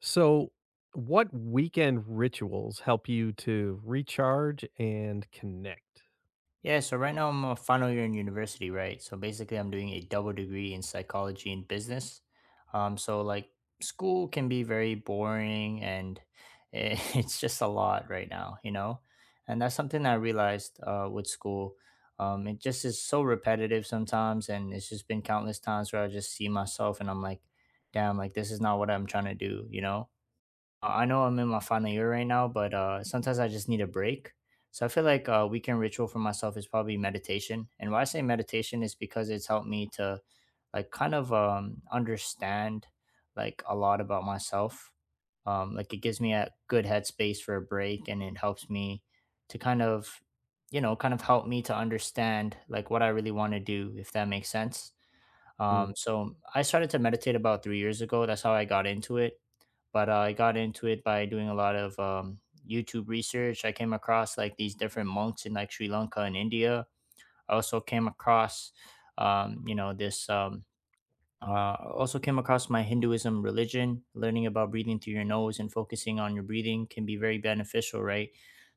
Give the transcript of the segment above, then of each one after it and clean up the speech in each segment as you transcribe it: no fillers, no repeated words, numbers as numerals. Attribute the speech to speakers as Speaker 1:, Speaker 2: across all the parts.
Speaker 1: So, what weekend rituals help you to recharge and connect?
Speaker 2: Yeah, so right now I'm a final year in university, right? So basically, I'm doing a double degree in psychology and business. So like school can be very boring and it's just a lot right now, you know? And that's something I realized with school. It just is so repetitive sometimes. And it's just been countless times where I just see myself and I'm like, damn, like this is not what I'm trying to do, you know? I know I'm in my final year right now, but sometimes I just need a break. So I feel like a weekend ritual for myself is probably meditation. And why I say meditation is because it's helped me to like kind of understand like a lot about myself. Like it gives me a good headspace for a break and it helps me to kind of, you know, kind of help me to understand like what I really want to do, if that makes sense.
Speaker 1: Mm,
Speaker 2: So I started to meditate about 3 years ago. That's how I got into it, but I got into it by doing a lot of YouTube research. I came across like these different monks in like Sri Lanka and India. I also came across, you know, this also came across my Hinduism religion. Learning about breathing through your nose and focusing on your breathing can be very beneficial, right?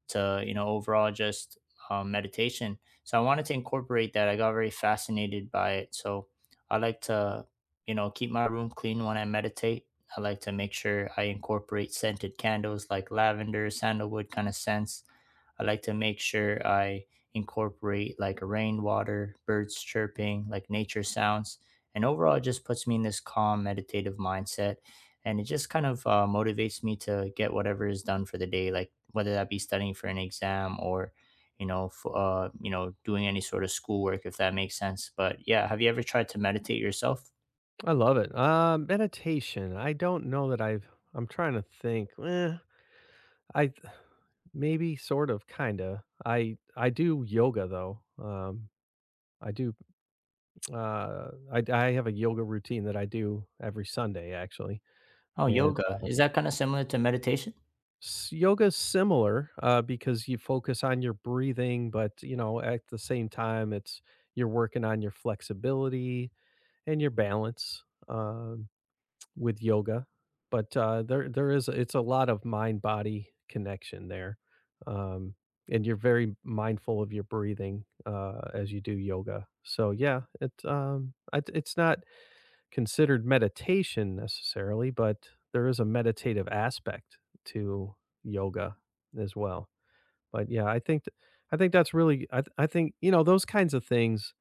Speaker 2: To you know, overall, just meditation. So I wanted to incorporate that. I got very fascinated by it. So I like to, you know, keep my room clean when I meditate. I like to make sure I incorporate scented candles like lavender, sandalwood kind of scents. I like to make sure I incorporate like rainwater, birds chirping, like nature sounds, and overall, it just puts me in this calm, meditative mindset. And it just kind of motivates me to get whatever is done for the day, like whether that be studying for an exam or, you know, you know, doing any sort of schoolwork, if that makes sense. But yeah, have you ever tried to meditate yourself?
Speaker 1: I love it. Meditation. I don't know that I've. I'm trying to think. I th- Maybe sort of, kinda. I do yoga though. I do. I have a yoga routine that I do every Sunday actually,
Speaker 2: Oh,
Speaker 1: and
Speaker 2: yoga. Is that kind of similar to meditation?
Speaker 1: S yoga's similar, because you focus on your breathing, but, you know, at the same time, it's you're working on your flexibility and your balance, with yoga. But, there is it's a lot of mind-body connection there, um, and you're very mindful of your breathing, as you do yoga. So, yeah, it's not considered meditation necessarily, but there is a meditative aspect to yoga as well. But yeah, I think that's really, I think you know those kinds of things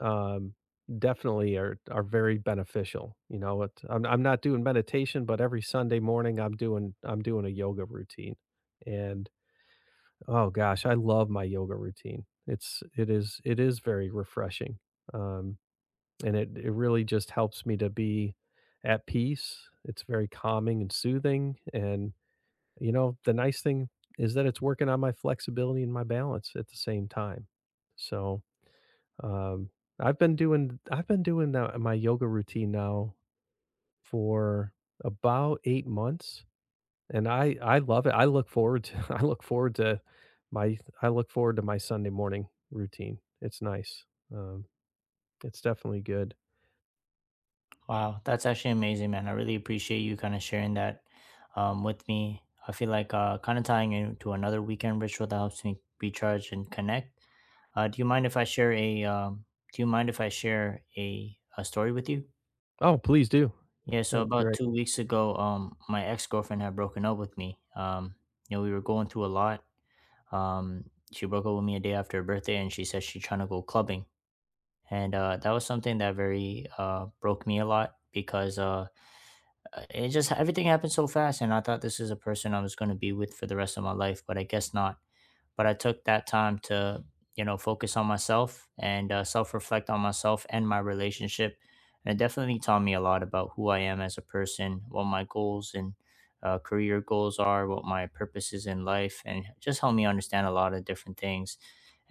Speaker 1: um, definitely are very beneficial. I'm not doing meditation, but every Sunday morning I'm doing a yoga routine, and oh gosh, I love my yoga routine. It is very refreshing. Um, and it really just helps me to be at peace. It's very calming and soothing, and, you know, the nice thing is that it's working on my flexibility and my balance at the same time. So, um, I've been doing that my yoga routine now for about 8 months, and I love it. I look forward to I look forward to my Sunday morning routine. It's nice. Um, it's definitely good.
Speaker 2: Wow, that's actually amazing, man. I really appreciate you kind of sharing that with me. I feel like kind of tying into another weekend ritual that helps me recharge and connect. Do you mind if I share a? Do you mind if I share a story with you?
Speaker 1: Oh, please do.
Speaker 2: Yeah. So
Speaker 1: That'd be
Speaker 2: about
Speaker 1: great.
Speaker 2: 2 weeks ago, my ex girlfriend had broken up with me. You know, we were going through a lot. She broke up with me a day after her birthday, and she said she's trying to go clubbing, and that was something that very broke me a lot because it just everything happened so fast, and I thought this is a person I was going to be with for the rest of my life, but I guess not. But I took that time to, you know, focus on myself and self-reflect on myself and my relationship, and it definitely taught me a lot about who I am as a person, what my goals and career goals are, what my purpose is in life, and just helped me understand a lot of different things.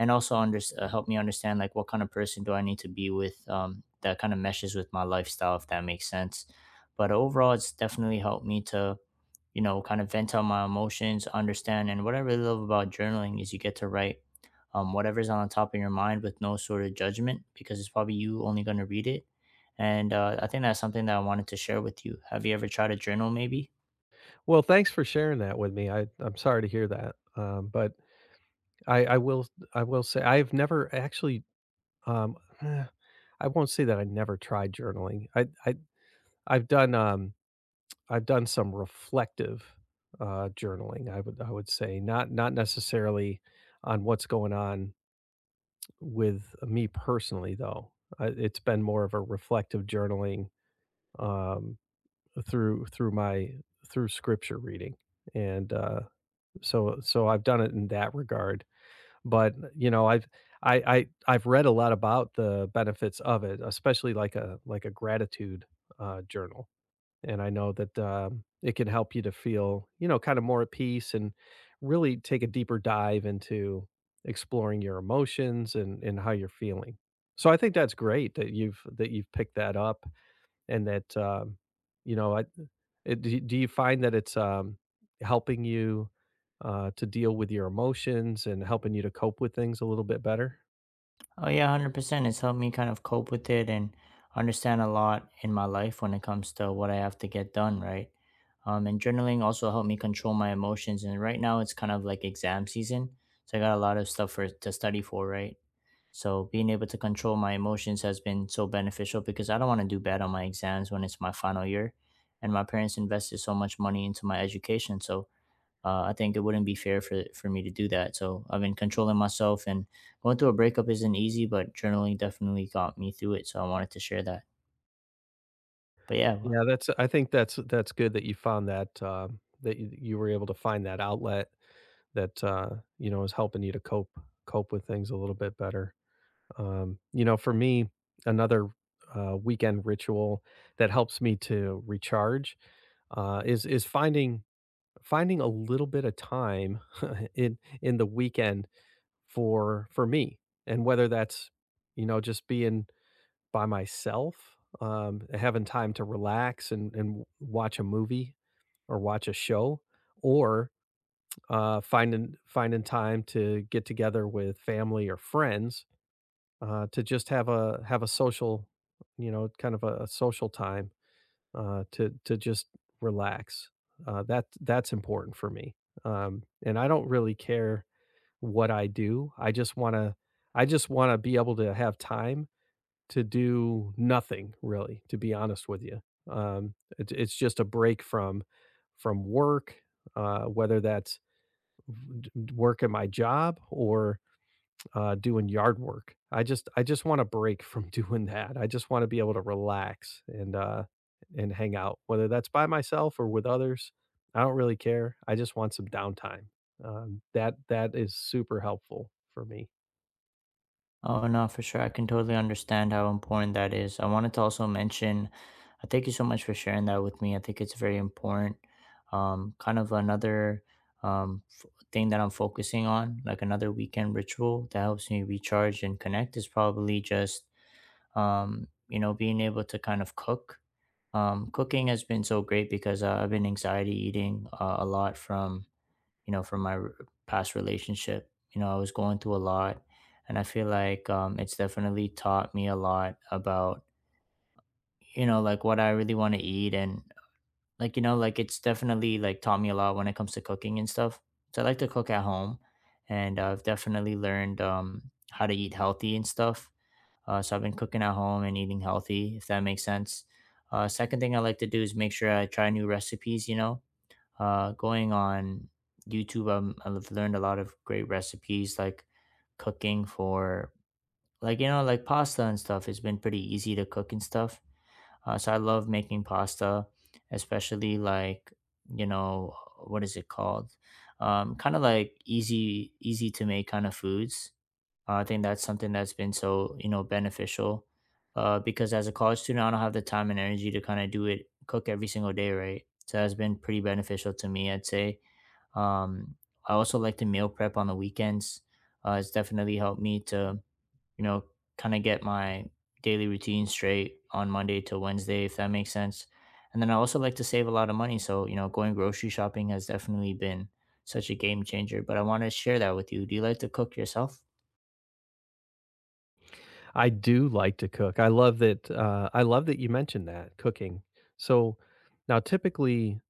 Speaker 2: And also help me understand like what kind of person do I need to be with, that kind of meshes with my lifestyle, if that makes sense. But overall, it's definitely helped me to, you know, kind of vent out my emotions, understand. And what I really love about journaling is you get to write whatever's on the top of your mind with no sort of judgment because it's probably you only going to read it. And I think that's something that I wanted to share with you. Have you ever tried a journal, maybe?
Speaker 1: Well, thanks for sharing that with me. I'm sorry to hear that. But I I will I will say I've never actually um eh, I won't say that I never tried journaling. I've done um I've done some reflective journaling. I would say not necessarily on what's going on with me personally though. It's been more of a reflective journaling um through my through scripture reading and so I've done it in that regard, but, you know, I've read a lot about the benefits of it, especially like a gratitude, journal, and I know that, it can help you to feel, you know, kinda more at peace and really take a deeper dive into exploring your emotions and how you're feeling. So I think that's great that you've picked that up and that, you know, I it do you find that it's, helping you, to deal with your emotions and helping you to cope with things a little bit better?
Speaker 2: Oh yeah, 100%. It's helped me kind of cope with it and understand a lot in my life when it comes to what I have to get done, right? And journaling also helped me control my emotions. And right now it's kind of like exam season. So I got a lot of stuff for to study for, right? So being able to control my emotions has been so beneficial because I don't want to do bad on my exams when it's my final year. And my parents invested so much money into my education. So I think it wouldn't be fair for me to do that. So I've been controlling myself, and going through a breakup isn't easy, but journaling definitely got me through it. So I wanted to share that. But yeah, w-
Speaker 1: Yeah, that's I think that's good that you found that, that you were able to find that outlet that, you know, is helping you to cope with things a little bit better. You know, for me, another, weekend ritual that helps me to recharge, is finding a little bit of time in the weekend for me and whether that's you know just being by myself having time to relax and watch a movie or watch a show or finding time to get together with family or friends to just have a social you know kind of a social time, to just relax. That's important for me, and I don't really care what I do. I just wanna be able to have time to do nothing really. To be honest with you, it's just a break from work, whether that's work at my job or doing yard work. I just want a break from doing that. I just want to be able to relax and and hang out, whether that's by myself or with others. I don't really care. I just want some downtime. That is super helpful for me.
Speaker 2: oh no, for sure, I can totally understand how important that is. I wanted to also mention, I thank you so much for sharing that with me. I think it's very important. Kind of another um f- thing that I'm focusing on, like another weekend ritual that helps me recharge and connect, is probably just you know being able to kind of cook. Cooking has been so great because I've been anxiety eating a lot from you know past relationship. You know, I was going through a lot, and I feel like it's definitely taught me a lot about you know like what I really want to eat and like you know like it's definitely like taught me a lot when it comes to cooking and stuff. So I like to cook at home, and I've definitely learned how to eat healthy and stuff. So I've been cooking at home and eating healthy, if that makes sense. Second thing I like to do is make sure I try new recipes. You know, going on YouTube, I've learned a lot of great recipes, like cooking for like you know like pasta and stuff. It's been pretty easy to cook and stuff. So I love making pasta, especially like you know, what is it called? Kind of like easy, easy to make kind of foods. I think that's something that's been so you know beneficial, because as a college student, I don't have the time and energy to kind of do it, cook every single day, right? So that's been pretty beneficial to me, I'd say. Um, I also like to meal prep on the weekends. It's definitely helped me to you know kind of get my daily routine straight on Monday to Wednesday, if that makes sense. And then I also like to save a lot of money, so you know going grocery shopping has definitely been such a game changer. But I want to share that with you. Do you like to cook yourself?
Speaker 1: I do like to cook. I love that. I love that you mentioned that cooking. So now, typically,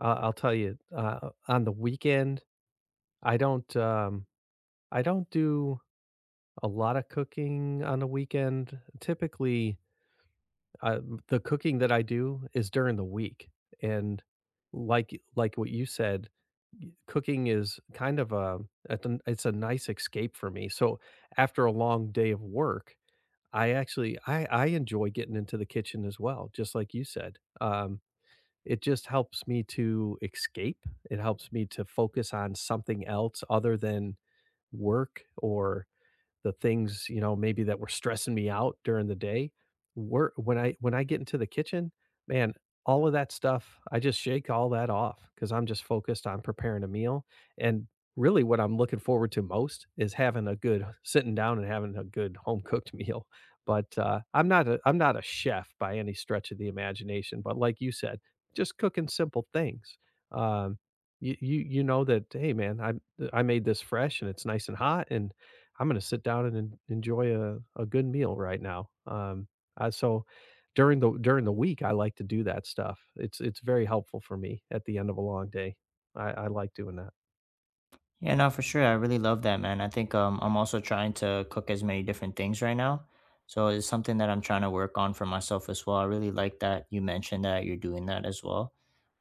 Speaker 1: I'll tell you on the weekend, I don't. I don't do a lot of cooking on a weekend. Typically, uh, the cooking that I do is during the week, and like what you said, cooking is kind of a it's a nice escape for me. So after a long day of work, I enjoy getting into the kitchen as well, just like you said. It just helps me to escape. It helps me to focus on something else other than work or the things, you know, maybe that were stressing me out during the day, were when I get into the kitchen, man, all of that stuff, I just shake all that off because I'm just focused on preparing a meal. And really what I'm looking forward to most is having a good sitting down and having a good home cooked meal. But I'm not a chef by any stretch of the imagination. But like you said, just cooking simple things. Um, you know that hey man, I made this fresh and it's nice and hot and I'm gonna sit down and en enjoy a good meal right now. So during the week, I like to do that stuff. It's very helpful for me at the end of a long day. I like doing that.
Speaker 2: Yeah, no, for sure. I really love that, man. I think I'm also trying to cook as many different things right now. So it's something that I'm trying to work on for myself as well. I really like that you mentioned that you're doing that as well.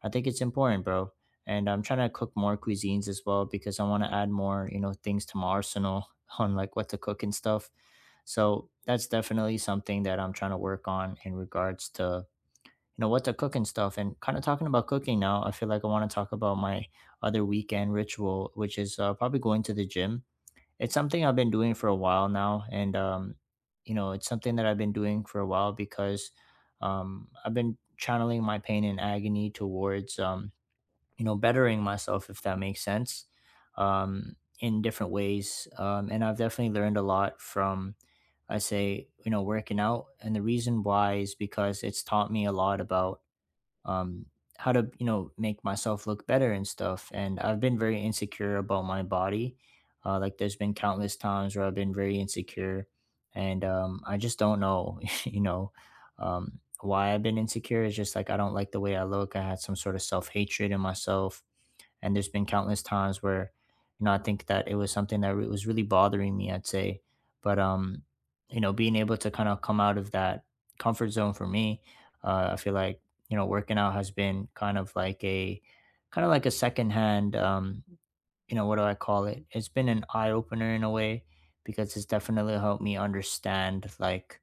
Speaker 2: I think it's important, bro. And I'm trying to cook more cuisines as well because I want to add more, you know, things to my arsenal on like what to cook and stuff. So that's definitely something that I'm trying to work on in regards to you know what to cook and stuff. And kind of talking about cooking now, I feel like I want to talk about my other weekend ritual, which is probably going to the gym. It's something I've been doing for a while now, and you know it's something that I've been doing for a while because I've been channeling my pain and agony towards you know bettering myself, if that makes sense, in different ways. And I've definitely learned a lot from I say you know working out, and the reason why is because it's taught me a lot about um, how to you know make myself look better and stuff. And I've been very insecure about my body. Like there's been countless times where I've been very insecure, and I just don't know, you know, why I've been insecure. It's just like I don't like the way I look. I had some sort of self hatred in myself, and there's been countless times where, you know, I think that it was something that was really bothering me, I'd say. But, you know, being able to kind of come out of that comfort zone for me, I feel like, you know, working out has been kind of like a, kind of like a secondhand, you know, what do I call it? It's been an eye opener in a way because it's definitely helped me understand like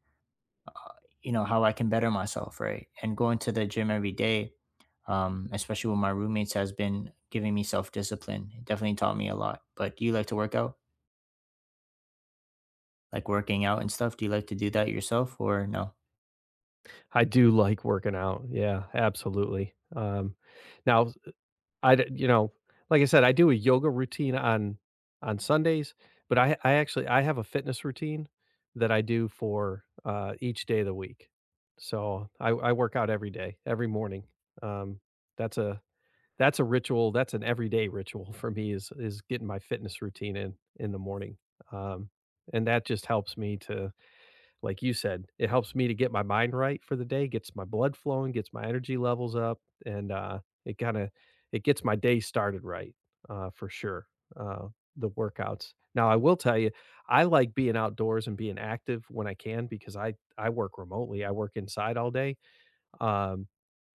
Speaker 2: you know how I can better myself, right? And going to the gym every day, especially with my roommates, has been giving me self discipline. It definitely taught me a lot. But do you like to work out, like working out and stuff? Do you like to do that yourself or no?
Speaker 1: I do like working out. Yeah, absolutely. Now I d you know, like I said, I do a yoga routine on Sundays, but I have a fitness routine that I do for, each day of the week. So I work out every day, every morning. Um, that's a That's a ritual, that's an everyday ritual for me is getting my fitness routine in the morning, um, and that just helps me to like you said, it helps me to get my mind right for the day, gets my blood flowing, gets my energy levels up, and, it kinda it gets my day started right, for sure, uh, the workouts. Now, I will tell you, I like being outdoors and being active when I can because I work remotely, I work inside all day, um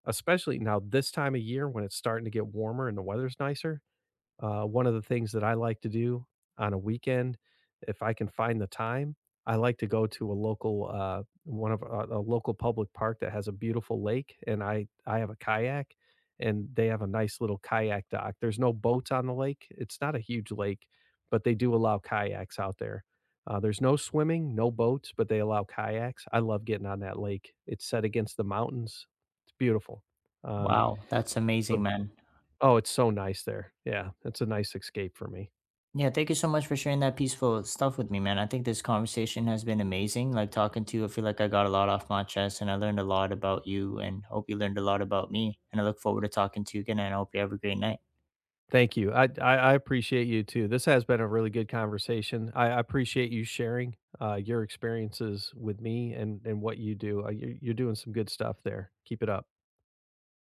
Speaker 1: especially now this time of year when it's starting to get warmer and the weather's nicer, one of the things that I like to do on a weekend, if I can find the time, I like to go to a local a local public park that has a beautiful lake, and I have a kayak, and they have a nice little kayak dock. There's no boats on the lake; it's not a huge lake, but they do allow kayaks out there. There's no swimming, no boats, but they allow kayaks. I love getting on that lake. It's set against the mountains. It's beautiful. Um,
Speaker 2: Wow, that's amazing,
Speaker 1: so
Speaker 2: man.
Speaker 1: oh, it's so nice there. Yeah, that's a nice escape for me.
Speaker 2: Yeah, thank you so much for sharing that peaceful stuff with me, man. I think this conversation has been amazing. Like talking to you, I feel like I got a lot off my chest and I learned a lot about you and hope you learned a lot about me. And I look forward to talking to you again and I hope you have a great night.
Speaker 1: Thank you. I appreciate you too. This has been a really good conversation. I appreciate you sharing your experiences with me and what you do. You're doing some good stuff there. Keep it up.